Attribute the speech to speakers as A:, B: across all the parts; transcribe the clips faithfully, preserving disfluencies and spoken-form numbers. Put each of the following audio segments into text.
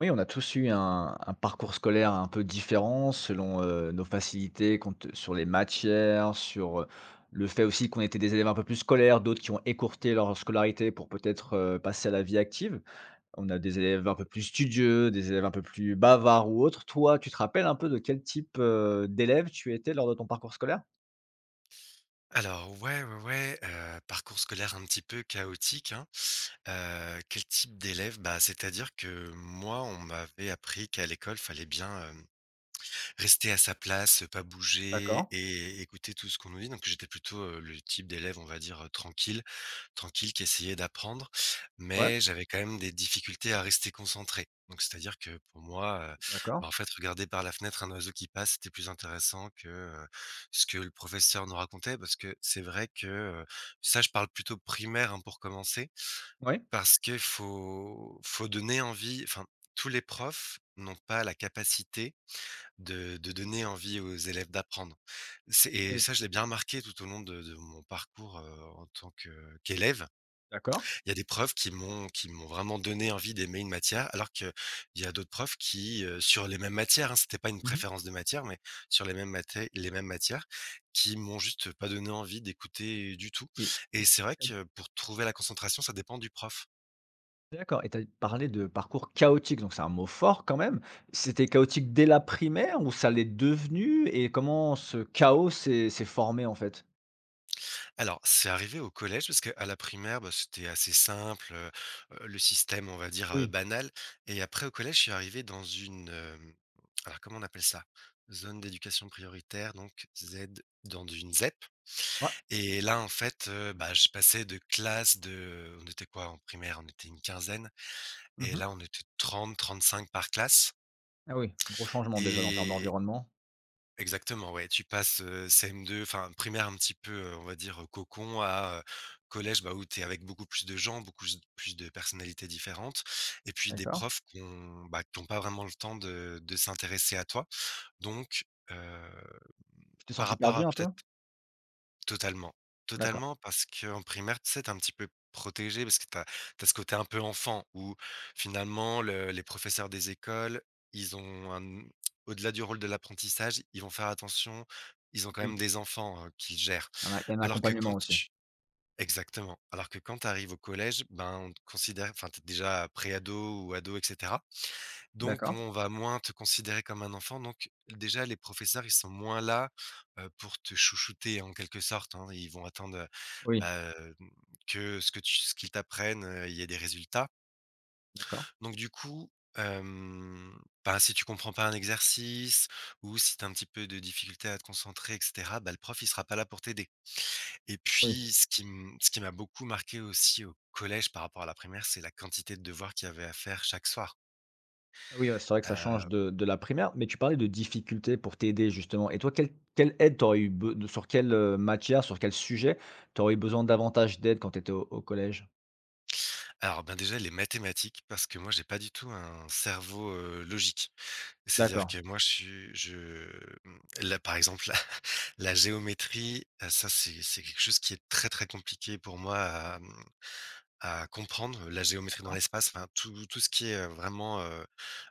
A: Oui, on a tous eu un un parcours scolaire un peu différent selon, heu, nos facilités compte sur les matières, sur, heu, le fait aussi qu'on était des élèves un peu plus scolaires, d'autres qui ont écourté leur scolarité pour peut-être, heu, passer à la vie active. On a des élèves un peu plus studieux, des élèves un peu plus bavards ou autres. Toi, tu te rappelles un peu de quel type, heu, d'élève tu étais lors de ton parcours scolaire?
B: Alors ouais, ouais, ouais, heu, parcours scolaire un petit peu chaotique, hein. Heu, quel type d'élève? Bah, c'est-à-dire que moi, on m'avait appris qu'à l'école, fallait bien, euh, Rester à sa place, pas
A: D'accord.
B: bouger et écouter tout ce qu'on nous dit. Donc j'étais plutôt, heu, le type d'élève, on va dire, heu, tranquille tranquille qui essayait d'apprendre,
A: Ouais,
B: mais j'avais quand même des difficultés à rester concentré. Donc c'est-à-dire que pour moi, heu, bah,
A: d'accord.
B: en fait, regarder par la fenêtre un oiseau qui passe, c'était plus intéressant que, heu, ce que le professeur nous racontait. Parce que c'est vrai que, heu, ça je parle plutôt primaire, hein, pour commencer,
A: Oui,
B: parce qu'il faut faut donner envie, enfin tous les profs n'ont pas la capacité de de donner envie aux élèves d'apprendre. C'est et
A: oui,
B: ça, je l'ai bien remarqué tout au long de de mon parcours, heu, en tant que qu'élève.
A: d'accord.
B: Il y a des profs qui m'ont qui m'ont vraiment donné envie d'aimer une matière, alors qu'il y a d'autres profs qui, heu, sur les mêmes matières, hein, c'était pas une
A: Mmh
B: préférence de matière, mais sur les mêmes maté les mêmes matières, qui m'ont juste pas donné envie d'écouter du tout.
A: et
B: Et c'est vrai que pour trouver la concentration, ça dépend du prof.
A: d'accord et tu as parlé de parcours chaotique, donc c'est un mot fort quand même. C'était chaotique dès la primaire ou ça l'est devenu et comment ce chaos s'est s'est formé en fait?
B: Alors, c'est arrivé au collège parce qu'à la primaire, bah, c'était assez simple, heu, heu, le système, on va dire, heu,
A: Oui.
B: banal. Et après au collège, je suis arrivé dans une, hem, alors comment on appelle ça? Zone d'éducation prioritaire, donc Z dans une ZEP.
A: Ouais.
B: Et là, en fait, heu, bah, je passais de classe de on était quoi en primaire? On était une quinzaine et
A: Mmh.
B: là, on était trente trente cinq par classe.
A: Ah oui, gros changement déjà en termes
B: et
A: d'environnement.
B: Exactement, ouais, tu passes, heu, C M deux, enfin primaire un petit peu, heu, on va dire, heu, cocon à, heu, collège, bah, où tu es avec beaucoup plus de gens, beaucoup s plus de personnalités différentes et puis des
A: D'accord.
B: profs qui n'ont pas vraiment le temps de de s'intéresser à toi. Donc, heu,
A: Tu t'es
B: par
A: senti
B: rapport
A: perdu
B: à
A: un peu?
B: peut-être Totalement,
A: D'accord.
B: totalement parce qu'en primaire, tu sais, tu un petit peu protégé parce que t'as as ce côté un peu enfant où finalement le les professeurs des écoles, ils ont un au-delà du rôle de l'apprentissage, ils vont faire attention, ils ont quand même
A: Oui.
B: des enfants, heu, qu'ils gèrent.
A: Il a il y a un
B: Alors que quand
A: accompagnement aussi.
B: tu exactement, alors que quand tu arrives au collège, ben, on te considère, enfin, tu déjà pré-ado ou ado et cetera, donc
A: D'accord.
B: on va moins te considérer comme un enfant. Donc déjà, les professeurs, ils sont moins là, heu, pour te chouchouter en quelque sorte, hein. Ils vont attendre, heu,
A: Oui.
B: bah, hem, que ce que tu ce qu'ils t'apprennent, heu, il y ait des résultats.
A: D'accord.
B: Donc du coup, hem, bah, si tu comprends pas un exercice ou si tu as un petit peu de difficulté à te concentrer et cetera, bah, le prof, il sera pas là pour t'aider. Et
A: Oui.
B: puis ce qui m ce qui m'a beaucoup marqué aussi au collège par rapport à la primaire, c'est la quantité de devoirs qu'il y avait à faire chaque soir.
A: Ah oui, ouais, c'est vrai que ça change
B: Heu
A: de de la primaire, mais tu parlais de difficultés pour t'aider justement et toi quelle quelle aide t'aurais eu be de sur quelle, heu, matière, sur quel sujet, t'aurais eu besoin davantage d'aide quand tu étais au au collège?
B: Alors, ben, déjà les mathématiques, parce que moi j'ai pas du tout un cerveau, heu, logique. C'est-à-dire
A: D'accord,
B: que moi je suis je mmh, là, par exemple, la géométrie, heu, ça c'est c'est quelque chose qui est très, très compliqué pour moi à, mmh, à comprendre. La géométrie dans
A: d'accord.
B: l'espace, enfin tout tout ce qui est, heu, vraiment, heu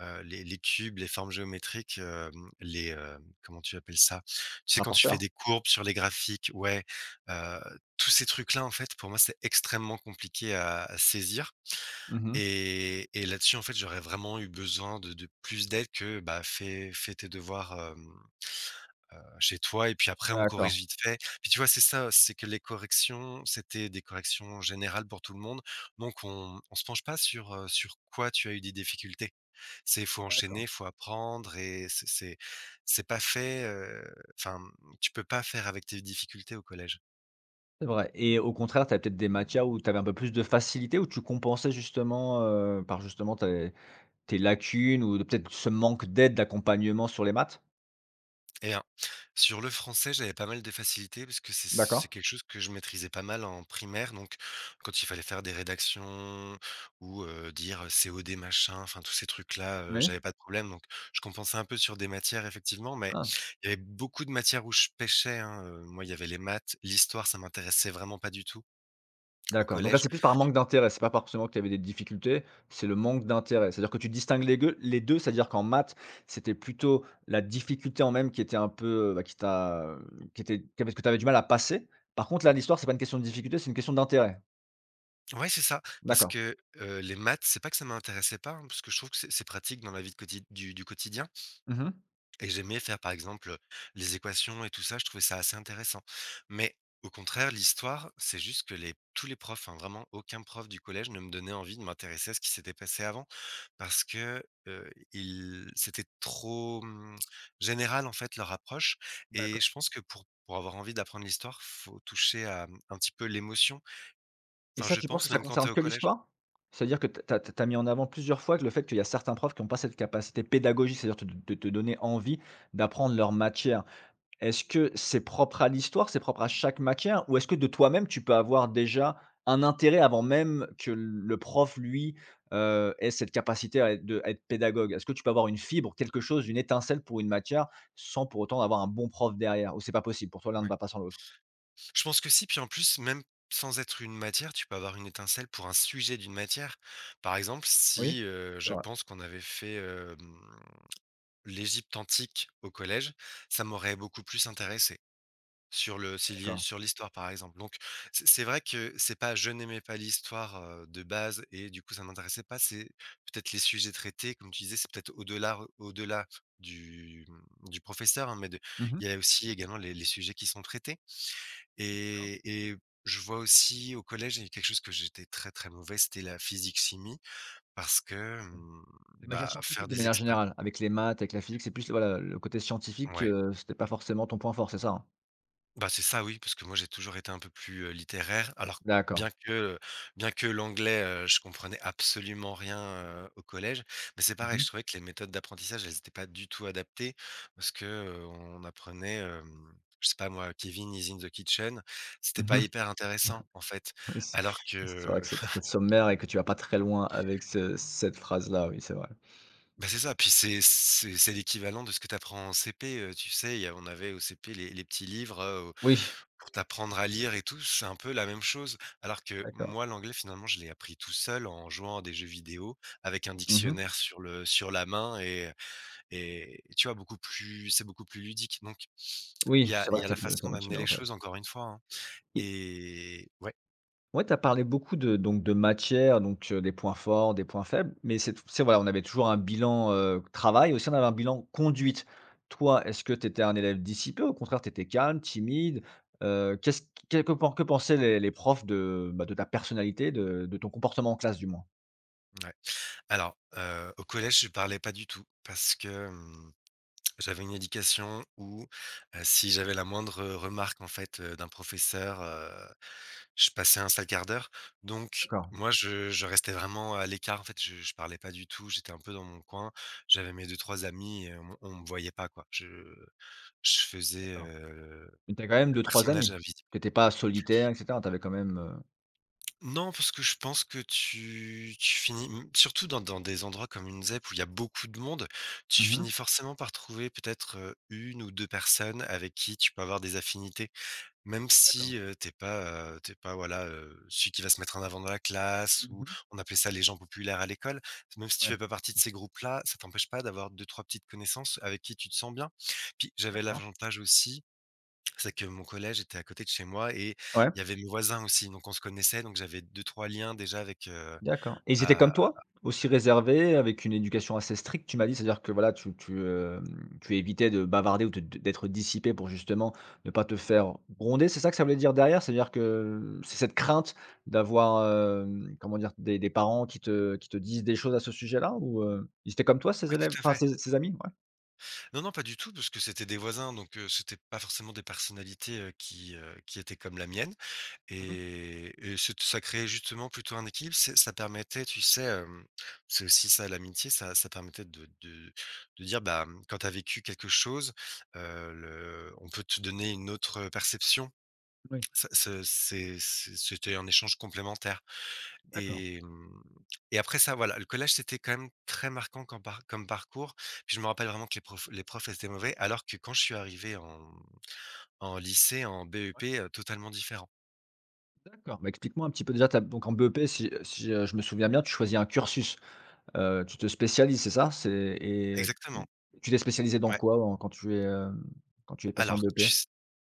B: heu, les les cubes, les formes géométriques, hem, les, hem, comment tu appelles ça? Tu sais quand tu fais
A: Rapporteur?
B: des courbes sur les graphiques. Ouais, heu, tous ces trucs-là en fait, pour moi c'est extrêmement compliqué à à saisir.
A: Mmh.
B: Et et là-dessus, en fait, j'aurais vraiment eu besoin de de plus d'aide que, bah, fais fais tes devoirs, hem, chez toi et puis après on corrige
A: D'accord,
B: vite fait. Puis tu vois, c'est ça, c'est que les corrections, c'était des corrections générales pour tout le monde, donc on on se penche pas sur, heu, sur quoi tu as eu des difficultés. C'est faut
A: d'accord.
B: enchaîner, faut apprendre et c'est c'est c'est pas fait, heu, enfin, tu peux pas faire avec tes difficultés au collège.
A: C'est vrai et au contraire, tu avais peut-être des matières où tu avais un peu plus de facilité, où tu compensais justement, heu, par justement tes tes lacunes ou de peut-être ce manque d'aide, d'accompagnement sur les maths?
B: Et sur le français, j'avais pas mal de facilités parce que c'est
A: D'accord.
B: c'est quelque chose que je maîtrisais pas mal en primaire. Donc, quand il fallait faire des rédactions ou heu, dire, heu, C O D machin, enfin tous ces trucs-là, heu,
A: Oui.
B: j'avais pas de problème. Donc, je compensais un peu sur des matières effectivement, mais
A: Ah.
B: il y avait beaucoup de matières où je pêchais, hein, heu. Moi, il y avait les maths, l'histoire, ça m'intéressait vraiment pas du tout au
A: D'accord, donc là,
B: collège.
A: c'est plus par manque d'intérêt, c'est pas par forcément que tu avais des difficultés, c'est le manque d'intérêt. C'est-à-dire que tu distingues les gueux les deux, c'est-à-dire qu'en maths, c'était plutôt la difficulté en même qui était un peu, heu, bah, qui t'a, qui était que tu avais du mal à passer. Par contre, là, l'histoire, c'est pas une question de difficulté, c'est une question d'intérêt.
B: Ouais, c'est ça, parce
A: D'accord.
B: que, heu, les maths, c'est pas que ça m'intéressait pas, hein, parce que je trouve que c'est c'est pratique dans la vie de quotid du du quotidien.
A: Mmh.
B: Et j'aimais faire, par exemple, les équations et tout ça, je trouvais ça assez intéressant. Mais au contraire, l'histoire, c'est juste que les tous les profs, hein, vraiment aucun prof du collège ne me donnait envie de m'intéresser à ce qui s'était passé avant parce que, heu, ils c'était trop, mmh, général, en fait, leur approche. Et
A: D'accord
B: je pense que pour pour avoir envie d'apprendre l'histoire, faut toucher à, mmh, un petit peu l'émotion.
A: et
B: Enfin,
A: ça,
B: je
A: tu penses que
B: pense
A: ça
B: même quand tu
A: concerne
B: es au
A: que
B: collège.
A: l'histoire? C'est-à-dire que tu as mis en avant plusieurs fois que le fait qu'il y a certains profs qui n'ont pas cette capacité pédagogique, c'est-à-dire te de te donner envie d'apprendre leur matière. Est-ce que c'est propre à l'histoire, c'est propre à chaque matière ou est-ce que de toi-même, tu peux avoir déjà un intérêt avant même que le prof lui, heu, ait cette capacité à être de à être pédagogue? Est-ce que tu peux avoir une fibre, quelque chose, une étincelle pour une matière sans pour autant avoir un bon prof derrière ou c'est pas possible? Pour toi, l'un ne
B: Ouais.
A: va pas sans l'autre?
B: Je pense que si, puis en plus, même sans être une matière, tu peux avoir une étincelle pour un sujet d'une matière. Par exemple,
A: Oui?
B: si euh,
A: C'est
B: je
A: vrai,
B: pense qu'on avait fait euh, hum, l'Égypte antique au collège, ça m'aurait beaucoup plus intéressé sur le si li-
A: d'accord.
B: sur l'histoire par exemple. Donc c'est c'est vrai que c'est pas je n'aimais pas l'histoire euh, de base et du coup ça m'intéressait pas, c'est peut-être les sujets traités comme tu disais, c'est peut-être au-delà au-delà du, du professeur, hein, mais de-
A: Mmh.
B: il y a aussi également les les sujets qui sont traités. Et et je vois aussi au collège, il y a quelque chose que j'étais très, très mauvais, c'était la physique-chimie parce que,
A: OK.
B: mmh,
A: Les matières
B: bah, faire
A: scientifiques de
B: des
A: manière
B: expériences.
A: générale, avec les maths, avec la physique, c'est plus voilà, le côté scientifique,
B: Ouais.
A: heu, c'était pas forcément ton point fort, c'est ça, hein?
B: Bah, c'est ça, oui, parce que moi j'ai toujours été un peu plus, heu, littéraire. Alors
A: D'accord.
B: bien que, bien que l'anglais, heu, je comprenais absolument rien, heu, au collège, mais c'est
A: Mmh
B: pareil,
A: mh.
B: je trouvais que les méthodes d'apprentissage, elles étaient pas du tout adaptées parce que, heu, on apprenait, hem, je sais pas moi, Kevin is in the kitchen, c'était pas
A: Mmh.
B: hyper intéressant en fait.
A: Oui, c
B: Alors
A: c'est
B: que
A: vrai que c'est très sommaire et que tu vas pas très loin avec ce cette phrase-là, oui, c'est vrai.
B: Bah, c'est ça, puis c'est c'est c'est l'équivalent de ce que tu apprends en C P, heu, tu sais, il y a on avait au C P les les petits livres, heu,
A: Oui,
B: pour t'apprendre à lire et tout, c'est un peu la même chose. Alors que
A: d'accord.
B: moi, l'anglais, finalement, je l'ai appris tout seul en jouant à des jeux vidéo avec un
A: Mmh.
B: dictionnaire sur le sur la main et et tu vois, beaucoup plus c'est beaucoup plus ludique. Donc il
A: Oui,
B: y a
A: c'est
B: il
A: vrai
B: y a
A: que
B: la
A: ça peut ça
B: façon
A: motive
B: d'amener les
A: davantage
B: choses, encore une fois, hein.
A: et
B: Et ouais,
A: ouais, tu as parlé beaucoup de donc de matière, donc heu, des points forts, des points faibles, mais c'est c'est voilà, on avait toujours un bilan, heu, travail, aussi on avait un bilan conduite. Toi, est-ce que tu étais un élève dissipé? Au contraire, tu étais calme, timide? Heu, qu'est-ce que que pen que pensaient les les profs de, bah, de ta personnalité, de de ton comportement en classe du moins?
B: ouais. Alors, heu, au collège, je parlais pas du tout parce que, hem j'avais une éducation où, heu, si j'avais la moindre, heu, remarque en fait, heu, d'un professeur, heu, je passais un sale quart d'heure. Donc
A: D'accord,
B: moi je je restais vraiment à l'écart en fait, je je parlais pas du tout, j'étais un peu dans mon coin. J'avais mes deux trois amis et on on me voyait pas quoi. Je je faisais,
A: d'accord.
B: heu,
A: Mais tu as quand même
B: le
A: deux trois
B: personnage
A: amis?
B: invisible.
A: Tu étais pas solitaire et cetera, tu avais quand même, heu
B: Non, parce que je pense que tu tu finis, mmh, surtout dans dans des endroits comme une ZEP où il y a beaucoup de monde, tu
A: mmh,
B: finis forcément par trouver peut-être, heu, une ou deux personnes avec qui tu peux avoir des affinités. Même
A: d'accord.
B: si, heu, tu pas, heu, tu pas voilà, heu, celui qui va se mettre en avant dans la classe. Ou
A: Mmh.
B: on appelait ça les gens populaires à l'école. Même si tu
A: Ouais,
B: fais pas partie de ces groupes-là, ça t'empêche pas d'avoir deux trois petites connaissances avec qui tu te sens bien. Puis j'avais
A: d'accord.
B: l'avantage aussi c'est que mon collège était à côté de chez moi et
A: Ouais,
B: il y avait mes voisins aussi, donc on se connaissait, donc j'avais deux trois liens déjà avec, heu,
A: d'accord et ils étaient
B: bah
A: comme toi? Aussi réservés, avec une éducation assez stricte, tu m'as dit? C'est-à-dire que voilà, tu tu, hem, tu évitais de bavarder ou de d'être dissipé pour justement ne pas te faire gronder, c'est ça que ça voulait dire derrière? C'est-à-dire que c'est cette crainte d'avoir, hem, comment dire? Des des parents qui te qui te disent des choses à ce sujet-là ou, heu, ils étaient comme toi ces
B: oui, tout
A: élèves
B: à
A: enfin
B: fait.
A: ces ces amis? Ouais.
B: Non, non, pas du tout, parce que c'était des voisins, donc heu, c'était pas forcément des personnalités, heu, qui, heu, qui étaient comme la mienne
A: Mmh.
B: et et c'ét ça créait justement plutôt un équilibre. C'est ça permettait, tu sais, hem, c'est aussi ça l'amitié, ça ça permettait de de de dire, bah, mmh, quand tu as vécu quelque chose, heu, le on peut te donner une autre, perception.
A: Oui,
B: Ça ce c'est c'est c'était un échange complémentaire.
A: d'accord.
B: Et mmh et après ça, voilà, le collège, c'était quand même très marquant comme par comme parcours. Puis je me rappelle vraiment que les profs les profs étaient mauvais, alors que quand je suis arrivé en en lycée, en B E P, heu, totalement différent.
A: D'accord, bah, explique-moi un petit peu déjà ta donc en B E P si si, heu, je me souviens bien, tu choisis un cursus, heu, tu te spécialises, c'est ça? C'est et tu
B: Exactement,
A: tu t'es spécialisé dans
B: ouais.
A: quoi en quand tu es, hem, quand tu es passé en
B: Alors
A: B E P?
B: tu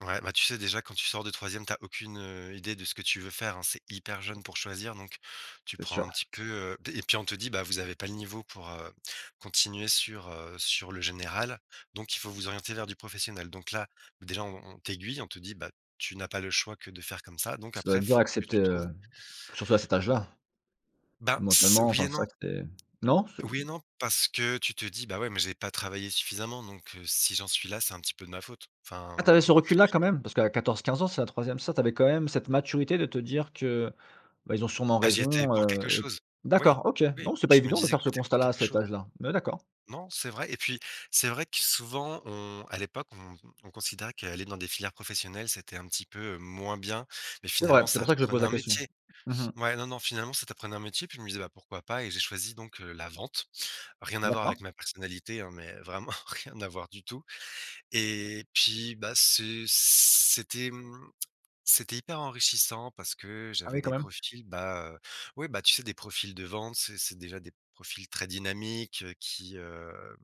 B: Ouais, bah, tu sais déjà quand tu sors de troisième, t'as aucune, heu, idée de ce que tu veux faire, hein. C'est hyper jeune pour choisir, donc tu
A: C'est
B: prends
A: sûr,
B: un petit peu, heu et puis on te dit: «Bah, vous avez pas le niveau pour, heu, continuer sur, heu, sur le général, donc il faut vous orienter vers du professionnel». Donc là, déjà on on t'aiguille, on te dit: «Bah, tu n'as pas le choix que de faire comme ça, donc
A: ça doit
B: après
A: être dur à
B: faut que
A: accepter,
B: tu trouves».
A: heu, surtout à cet âge-là,
B: Ben, s
A: mentalement,
B: oui
A: enfin,
B: et
A: c'est
B: non.
A: vrai que c'est non? Ce
B: Oui et non, parce que tu te dis: «Bah, ouais, mais j'ai pas travaillé suffisamment, donc heu, si j'en suis là, c'est un petit peu de ma faute». Enfin,
A: ah, tu avais ce recul-là quand même? Parce qu'à quatorze, quinze ans, c'est la troisième e ça, tu avais quand même cette maturité de te dire que, bah, ils ont sûrement
B: ah, j'y étais
A: raison,
B: pour
A: heu
B: quelque
A: et
B: chose. Oui,
A: d'accord, OK.
B: oui,
A: Non, c'est pas
B: je me
A: évident de
B: disais
A: faire
B: que
A: ce
B: j'étais pour
A: constat-là à
B: quelque
A: cet
B: chose.
A: âge-là, mais d'accord.
B: Non, c'est vrai. Et puis c'est vrai que souvent on à l'époque, on on considérait qu'aller dans des filières professionnelles, c'était un petit peu, heu, moins bien, mais
A: C'est vrai,
B: finalement
A: c'est
B: ça
A: pour ça que je pose
B: t'apprenait
A: la
B: un
A: question.
B: métier.
A: Mmh.
B: Ouais, non, non, finalement ça t'apprenait un métier, puis je me disais: «Bah, pourquoi pas ?» et j'ai choisi donc, heu, la vente. Rien à voir avec
A: D'accord.
B: ma personnalité, hein, mais vraiment rien à voir du tout. Et puis, bah, c'est c'était, mmh c'était hyper enrichissant parce que
A: Ah
B: j'avais
A: oui, quand
B: des
A: même.
B: profils, bah, oui, bah, tu sais, des profils de vente, c'est c'est déjà des profils très dynamiques, heu, qui, hem,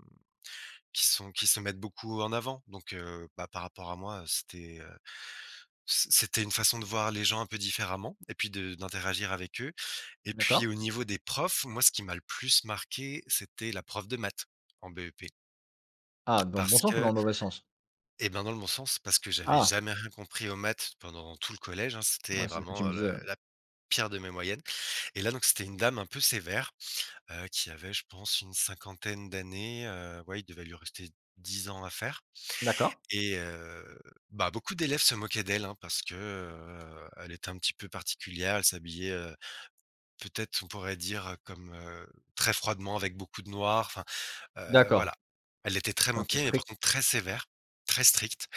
B: qui sont qui se mettent beaucoup en avant. Donc heu, bah, par rapport à moi, c'était, heu, c c'était une façon de voir les gens un peu différemment et puis de d'interagir avec eux. Et puis
A: D'accord.
B: au niveau des profs, moi, ce qui m'a le plus marqué, c'était la prof de maths en B E P,
A: Ah, dans le bon
B: parce
A: sens ou dans
B: que,
A: le mauvais sens?
B: et ben, dans le bon sens, parce que j'avais
A: Ah!
B: jamais rien compris aux maths pendant tout le collège, hein. C'était
A: Ouais, c'est ce que tu
B: vraiment,
A: me
B: heu,
A: disais, ouais.
B: la la pire de mes moyennes. Et là, donc, c'était une dame un peu sévère, heu, qui avait je pense une cinquantaine d'années, heu, ouais, il devait lui rester dix ans à faire.
A: D'accord.
B: Et heu, bah, beaucoup d'élèves se moquaient d'elle, hein, parce que, heu, elle était un petit peu particulière. Elle s'habillait, heu, peut-être on pourrait dire, heu, comme, heu, très froidement avec beaucoup de noir, enfin, heu,
A: D'accord.
B: voilà. Elle était très
A: C'est un peu
B: moquée, mais par
A: strict.
B: contre très sévère, très stricte.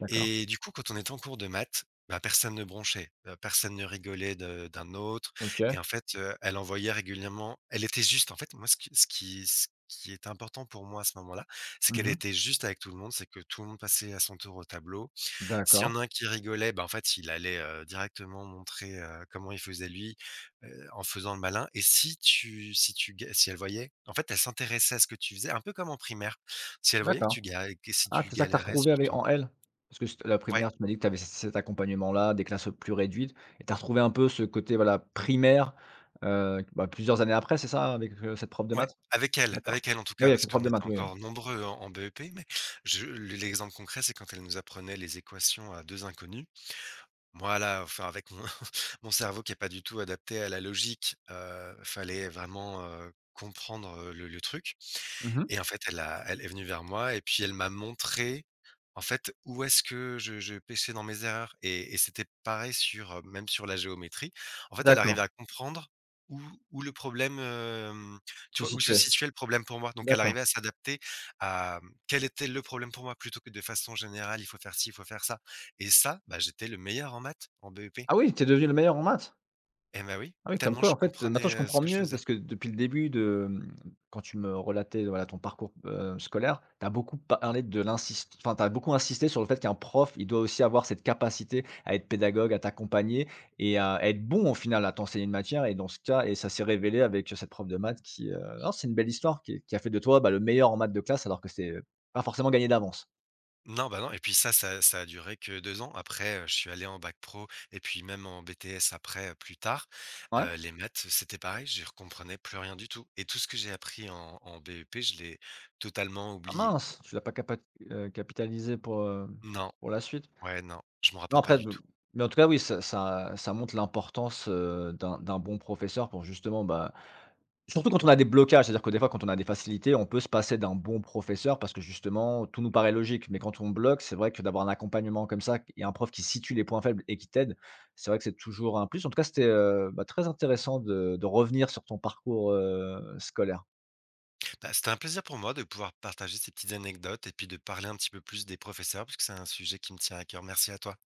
A: D'accord.
B: Et du coup, quand on était en cours de maths, bah, personne ne bronchait, heu, personne ne rigolait de d'un autre.
A: OK.
B: Et en fait, heu, elle envoyait régulièrement elle était juste. En fait, moi, ce qui ce qui ce qui est important pour moi à ce moment-là, c'est qu'elle
A: Mmh.
B: était juste avec tout le monde, c'est que tout le monde passait à son tour au tableau. S'il y
A: D'accord.
B: en a un qui rigolait, bah, en fait, il allait, heu, directement montrer, heu, comment il faisait lui, heu, en faisant le malin. Et si tu si tu ga si elle voyait, en fait, elle s'intéressait à ce que tu faisais, un peu comme en primaire. Si elle voyait que
A: D'accord.
B: tu ga que si
A: Ah,
B: tu
A: c'est ça que tu as
B: galérais
A: retrouvé
B: sur
A: avec
B: ton…
A: en L? Parce que c't la
B: Ouais.
A: primaire, tu m'as dit que tu avais cet accompagnement-là, des classes, plus réduites et tu as retrouvé un peu ce côté, voilà, primaire, heu, bah, plusieurs années après, c'est ça? Avec, heu, cette prof de
B: Ouais,
A: maths?
B: avec elle,
A: D'accord.
B: avec elle en tout
A: Oui,
B: cas,
A: avec
B: parce
A: cette
B: qu'on
A: prof de
B: était
A: maths, oui.
B: encore nombreux en en B E P, mais je l'exemple concret, c'est quand elle nous apprenait les équations à deux inconnues. Voilà, enfin avec mon mon cerveau qui est pas du tout adapté à la logique, heu, fallait vraiment, heu, comprendre, heu, le le truc.
A: Mmh.
B: Et en fait elle a elle est venue vers moi et puis elle m'a montré, en fait, où est-ce que je je pêchais dans mes erreurs. Et et c'était pareil sur, heu, même sur la géométrie. En fait, elle arrivait
A: D'accord.
B: à comprendre où où le problème, hem, tu
A: Tu te
B: vois, où se
A: situais.
B: situait le problème pour moi. Donc elle
A: D'accord.
B: arrivait à s'adapter à, mmh, quel était le problème pour moi, plutôt que de façon générale: «Il faut faire ci, il faut faire ça». Et ça, bah, j'étais le meilleur en maths, en B E P.
A: Ah oui, tu es devenu le meilleur en maths?
B: Eh ben oui,
A: Ah oui, comme
B: tellement
A: quoi,
B: je
A: en fait, maintenant je
B: comprenais, heu, ce
A: comprends
B: que je
A: mieux
B: faisais.
A: parce que depuis le début de, mmh, quand tu me relatais, voilà, ton parcours, heu, scolaire, tu as beaucoup parlé de l'insist enfin, t'as beaucoup insisté sur le fait qu'un prof, il doit aussi avoir cette capacité à être pédagogue, à t'accompagner et à être bon au final à t'enseigner une matière et dans ce cas et ça s'est révélé avec, cette prof de maths qui, heu, non, c'est une belle histoire qui qui a fait de toi, bah, le meilleur en maths de classe alors que c'est, pas forcément gagné d'avance.
B: Non, bah, non, et puis ça ça ça a duré que deux ans. Après, heu, je suis allé en bac pro et puis même en B T S après, heu, plus tard.
A: Ouais?
B: Heu, les maths, c'était pareil, j'y comprenais plus rien du tout, et tout ce que j'ai appris en en B E P, je l'ai totalement
A: Ah
B: oublié.
A: mince, tu l'as pas capa heu, capitalisé pour, heu,
B: Non,
A: pour la suite?
B: ouais, non, je me
A: Non,
B: rappelle pas
A: après,
B: du
A: b
B: tout.
A: mais en tout cas, oui, ça ça ça montre l'importance, heu, d'un d'un bon professeur pour justement, bah, surtout quand on a des blocages, c'est-à-dire que des fois, quand on a des facilités, on peut se passer d'un bon professeur parce que justement, tout nous paraît logique. Mais quand on bloque, c'est vrai que d'avoir un accompagnement comme ça et un prof qui situe les points faibles et qui t'aide, c'est vrai que c'est toujours un plus. En tout cas, c'était, heu, bah, très intéressant de de revenir sur ton parcours, heu, scolaire.
B: Bah, c'était un plaisir pour moi de pouvoir partager ces petites anecdotes et puis de parler un petit peu plus des professeurs, puisque c'est un sujet qui me tient à cœur. Merci à toi.